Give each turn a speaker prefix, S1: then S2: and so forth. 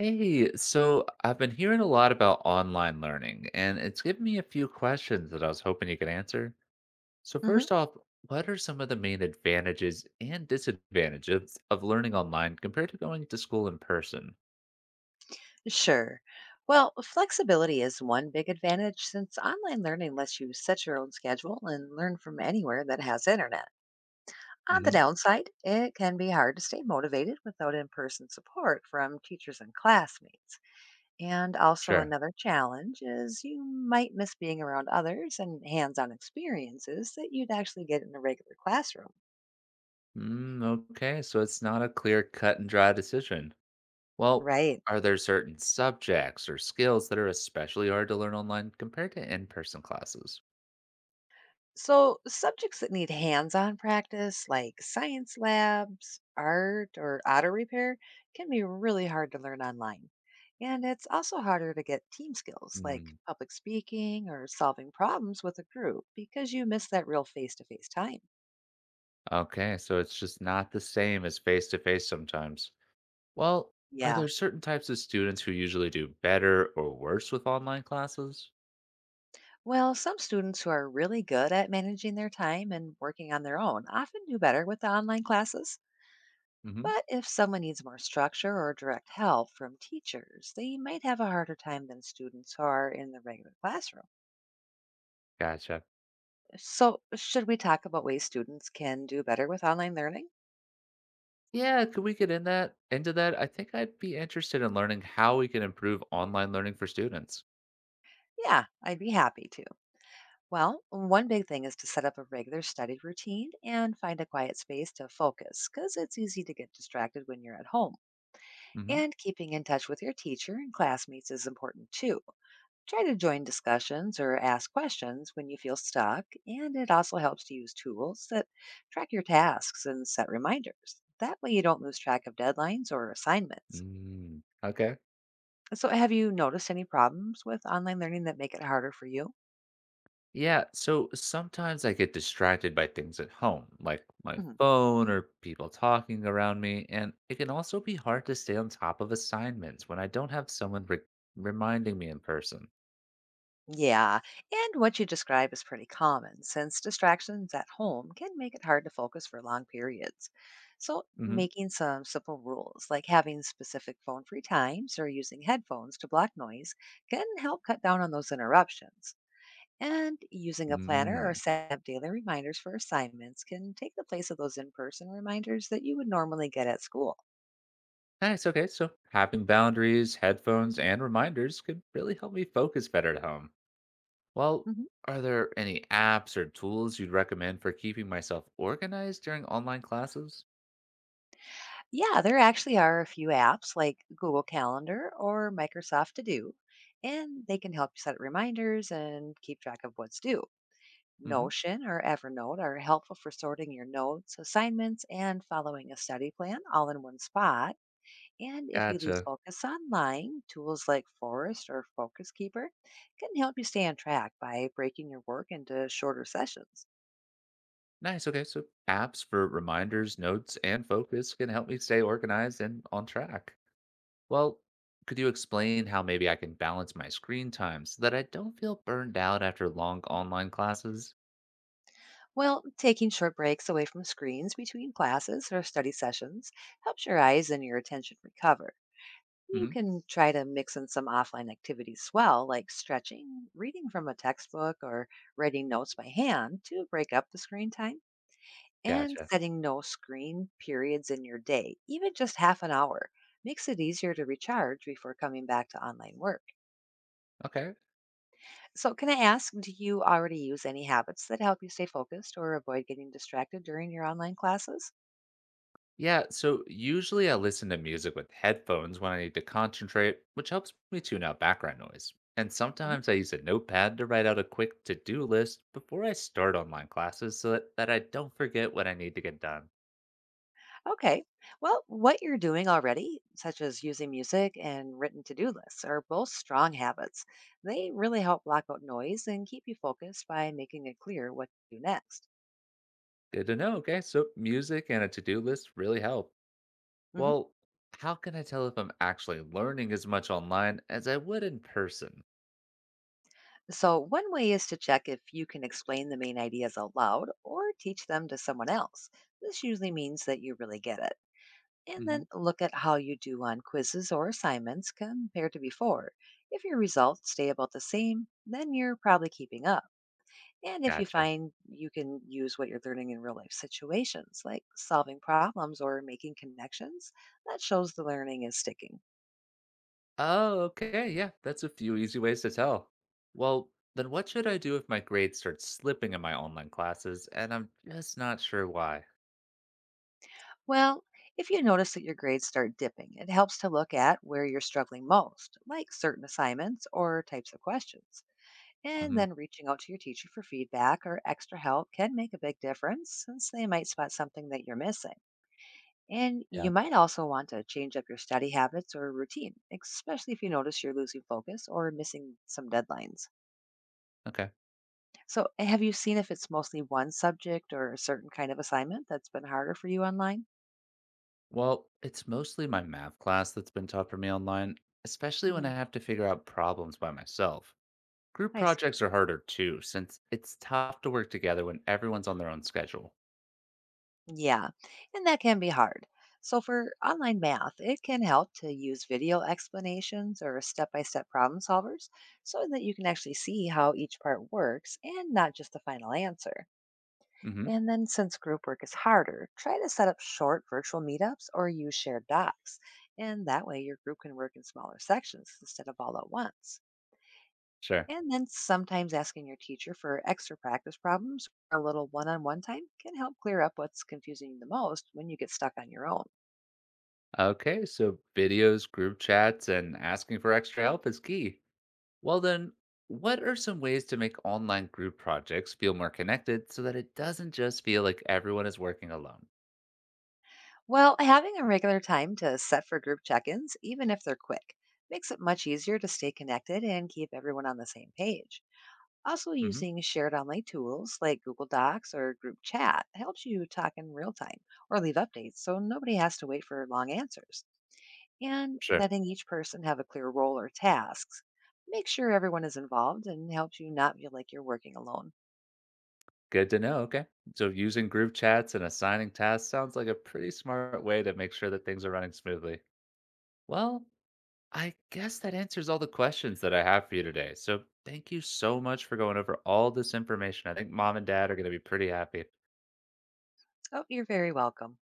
S1: Hey, so I've been hearing a lot about online learning, and it's given me a few questions that I was hoping you could answer. So
S2: hmm
S1: first off, what are some of the main advantages and disadvantages of learning online compared to going to school in person?
S2: Sure. Well, flexibility is one big advantage since online learning lets you set your own schedule and learn from anywhere that has internet. On the
S1: Hmm.
S2: downside, it can be hard to stay motivated without in person support from teachers and classmates. And also,
S1: Sure.
S2: another challenge is you might miss being around others and hands on experiences that you'd actually get in a regular classroom.
S1: Mm, okay, so it's not a clear cut and dry decision. Well,
S2: Right.
S1: are there certain subjects or skills that are especially hard to learn online compared to in-person classes?
S2: So, subjects that need hands on practice, like science labs, art, or auto repair, can be really hard to learn online. And it's also harder to get team skills like
S1: Mm,
S2: public speaking or solving problems with a group because you miss that real face to face time.
S1: Okay, so it's just not the same as face to face sometimes. Well, are
S2: Yeah.
S1: there certain types of students who usually do better or worse with online classes?
S2: Well, some students who are really good at managing their time and working on their own often do better with the online classes.
S1: Hmm.
S2: But if someone needs more structure or direct help from teachers, they might have a harder time than students who are in the regular classroom.
S1: Gotcha.
S2: So, should we talk about ways students can do better with online learning?
S1: Yeah, could we get in that into that? I think I'd be interested in learning how we can improve online learning for students.
S2: Yeah, I'd be happy to. Well, one big thing is to set up a regular study routine and find a quiet space to focus because it's easy to get distracted when you're at home.
S1: Hmm.
S2: And keeping in touch with your teacher and classmates is important too. Try to join discussions or ask questions when you feel stuck, and it also helps to use tools that track your tasks and set reminders. That way, you don't lose track of deadlines or assignments.
S1: Mm, okay.
S2: So, have you noticed any problems with online learning that make it harder for you?
S1: Yeah, so sometimes I get distracted by things at home, like my
S2: Mm-hmm.
S1: phone or people talking around me, and it can also be hard to stay on top of assignments when I don't have someone reminding me in person.
S2: Yeah, and what you describe is pretty common since distractions at home can make it hard to focus for long periods. So,
S1: Hmm.
S2: making some simple rules like having specific phone free times or using headphones to block noise can help cut down on those interruptions. And using a planner or
S1: Mm.
S2: setting up daily reminders for assignments can take the place of those in person reminders that you would normally get at school.
S1: Ah, it's okay. So, having boundaries, headphones, and reminders could really help me focus better at home. Well,
S2: Mm-hmm.
S1: are there any apps or tools you'd recommend for keeping myself organized during online classes?
S2: Yeah, there actually are a few apps like Google Calendar or Microsoft To Do, and they can help you set reminders and keep track of what's due.
S1: Hmm.
S2: Notion or Evernote are helpful for sorting your notes, assignments, and following a study plan all in one spot. And if you lose
S1: Gotcha.
S2: focus online, tools like Forest or Focus Keeper can help you stay on track by breaking your work into shorter sessions.
S1: Nice. Okay. So, apps for reminders, notes, and focus can help me stay organized and on track. Well, could you explain how maybe I can balance my screen time so that I don't feel burned out after long online classes?
S2: Well, taking short breaks away from screens between classes or study sessions helps your eyes and your attention recover. You
S1: Hmm.
S2: can try to mix in some offline activities as well, like stretching, reading from a textbook, or writing notes by hand to break up the screen time, and
S1: Gotcha.
S2: setting no screen periods in your day, even just half an hour. Makes it easier to recharge before coming back to online work.
S1: Okay.
S2: So, can I ask, do you already use any habits that help you stay focused or avoid getting distracted during your online classes?
S1: Yeah, so usually I listen to music with headphones when I need to concentrate, which helps me tune out background noise. And sometimes I use a notepad to write out a quick to do list before I start online classes so that I don't forget what I need to get done.
S2: Okay. Well, what you're doing already, such as using music and written to do lists, are both strong habits. They really help block out noise and keep you focused by making it clear what to do next.
S1: Good to know, okay? So music and a to do list really help.
S2: hmm
S1: Well, how can I tell if I'm actually learning as much online as I would in person?
S2: So, one way is to check if you can explain the main ideas out loud or teach them to someone else. This usually means that you really get it. And
S1: Hmm.
S2: then look at how you do on quizzes or assignments compared to before. If your results stay about the same, then you're probably keeping up. And if you
S1: Gotcha.
S2: find you can use what you're learning in real life situations, like solving problems or making connections, that shows the learning is sticking.
S1: Oh, okay. Yeah, that's a few easy ways to tell. Well, then what should I do if my grades start slipping in my online classes and I'm just not sure why?
S2: Well, if you notice that your grades start dipping, it helps to look at where you're struggling most, like certain assignments or types of questions. And
S1: Hmm.
S2: then reaching out to your teacher for feedback or extra help can make a big difference since they might spot something that you're missing. And you
S1: Yeah.
S2: might also want to change up your study habits or routine, especially if you notice you're losing focus or missing some deadlines.
S1: Okay.
S2: So, have you seen if it's mostly one subject or a certain kind of assignment that's been harder for you online?
S1: Well, it's mostly my math class that's been taught for me online, especially when
S2: hmm
S1: I have to figure out problems by myself. Group
S2: I see.
S1: projects are harder too, since it's tough to work together when everyone's on their own schedule.
S2: Yeah, and that can be hard. So, for online math, it can help to use video explanations or step by step problem solvers so that you can actually see how each part works and not just the final answer.
S1: Hmm.
S2: And then, since group work is harder, try to set up short virtual meetups or use shared docs. And that way, your group can work in smaller sections instead of all at once.
S1: Sure.
S2: And then, sometimes asking your teacher for extra practice problems or a little one on one time can help clear up what's confusing you the most when you get stuck on your own.
S1: Okay, so videos, group chats, and asking for extra help is key. Well, then, what are some ways to make online group projects feel more connected so that it doesn't just feel like everyone is working alone?
S2: Well, having a regular time to set for group check ins, even if they're quick, makes it much easier to stay connected and keep everyone on the same page. Also,
S1: Hmm.
S2: using shared online tools like Google Docs or group chat helps you talk in real time or leave updates so nobody has to wait for long answers. And
S1: Sure.
S2: letting each person have a clear role or tasks makes sure everyone is involved and helps you not feel like you're working alone.
S1: Good to know. Okay. So, using group chats and assigning tasks sounds like a pretty smart way to make sure that things are running smoothly. Well, I guess that answers all the questions that I have for you today. So, thank you so much for going over all this information. I think mom and dad are going to be pretty happy.
S2: Oh, you're very welcome.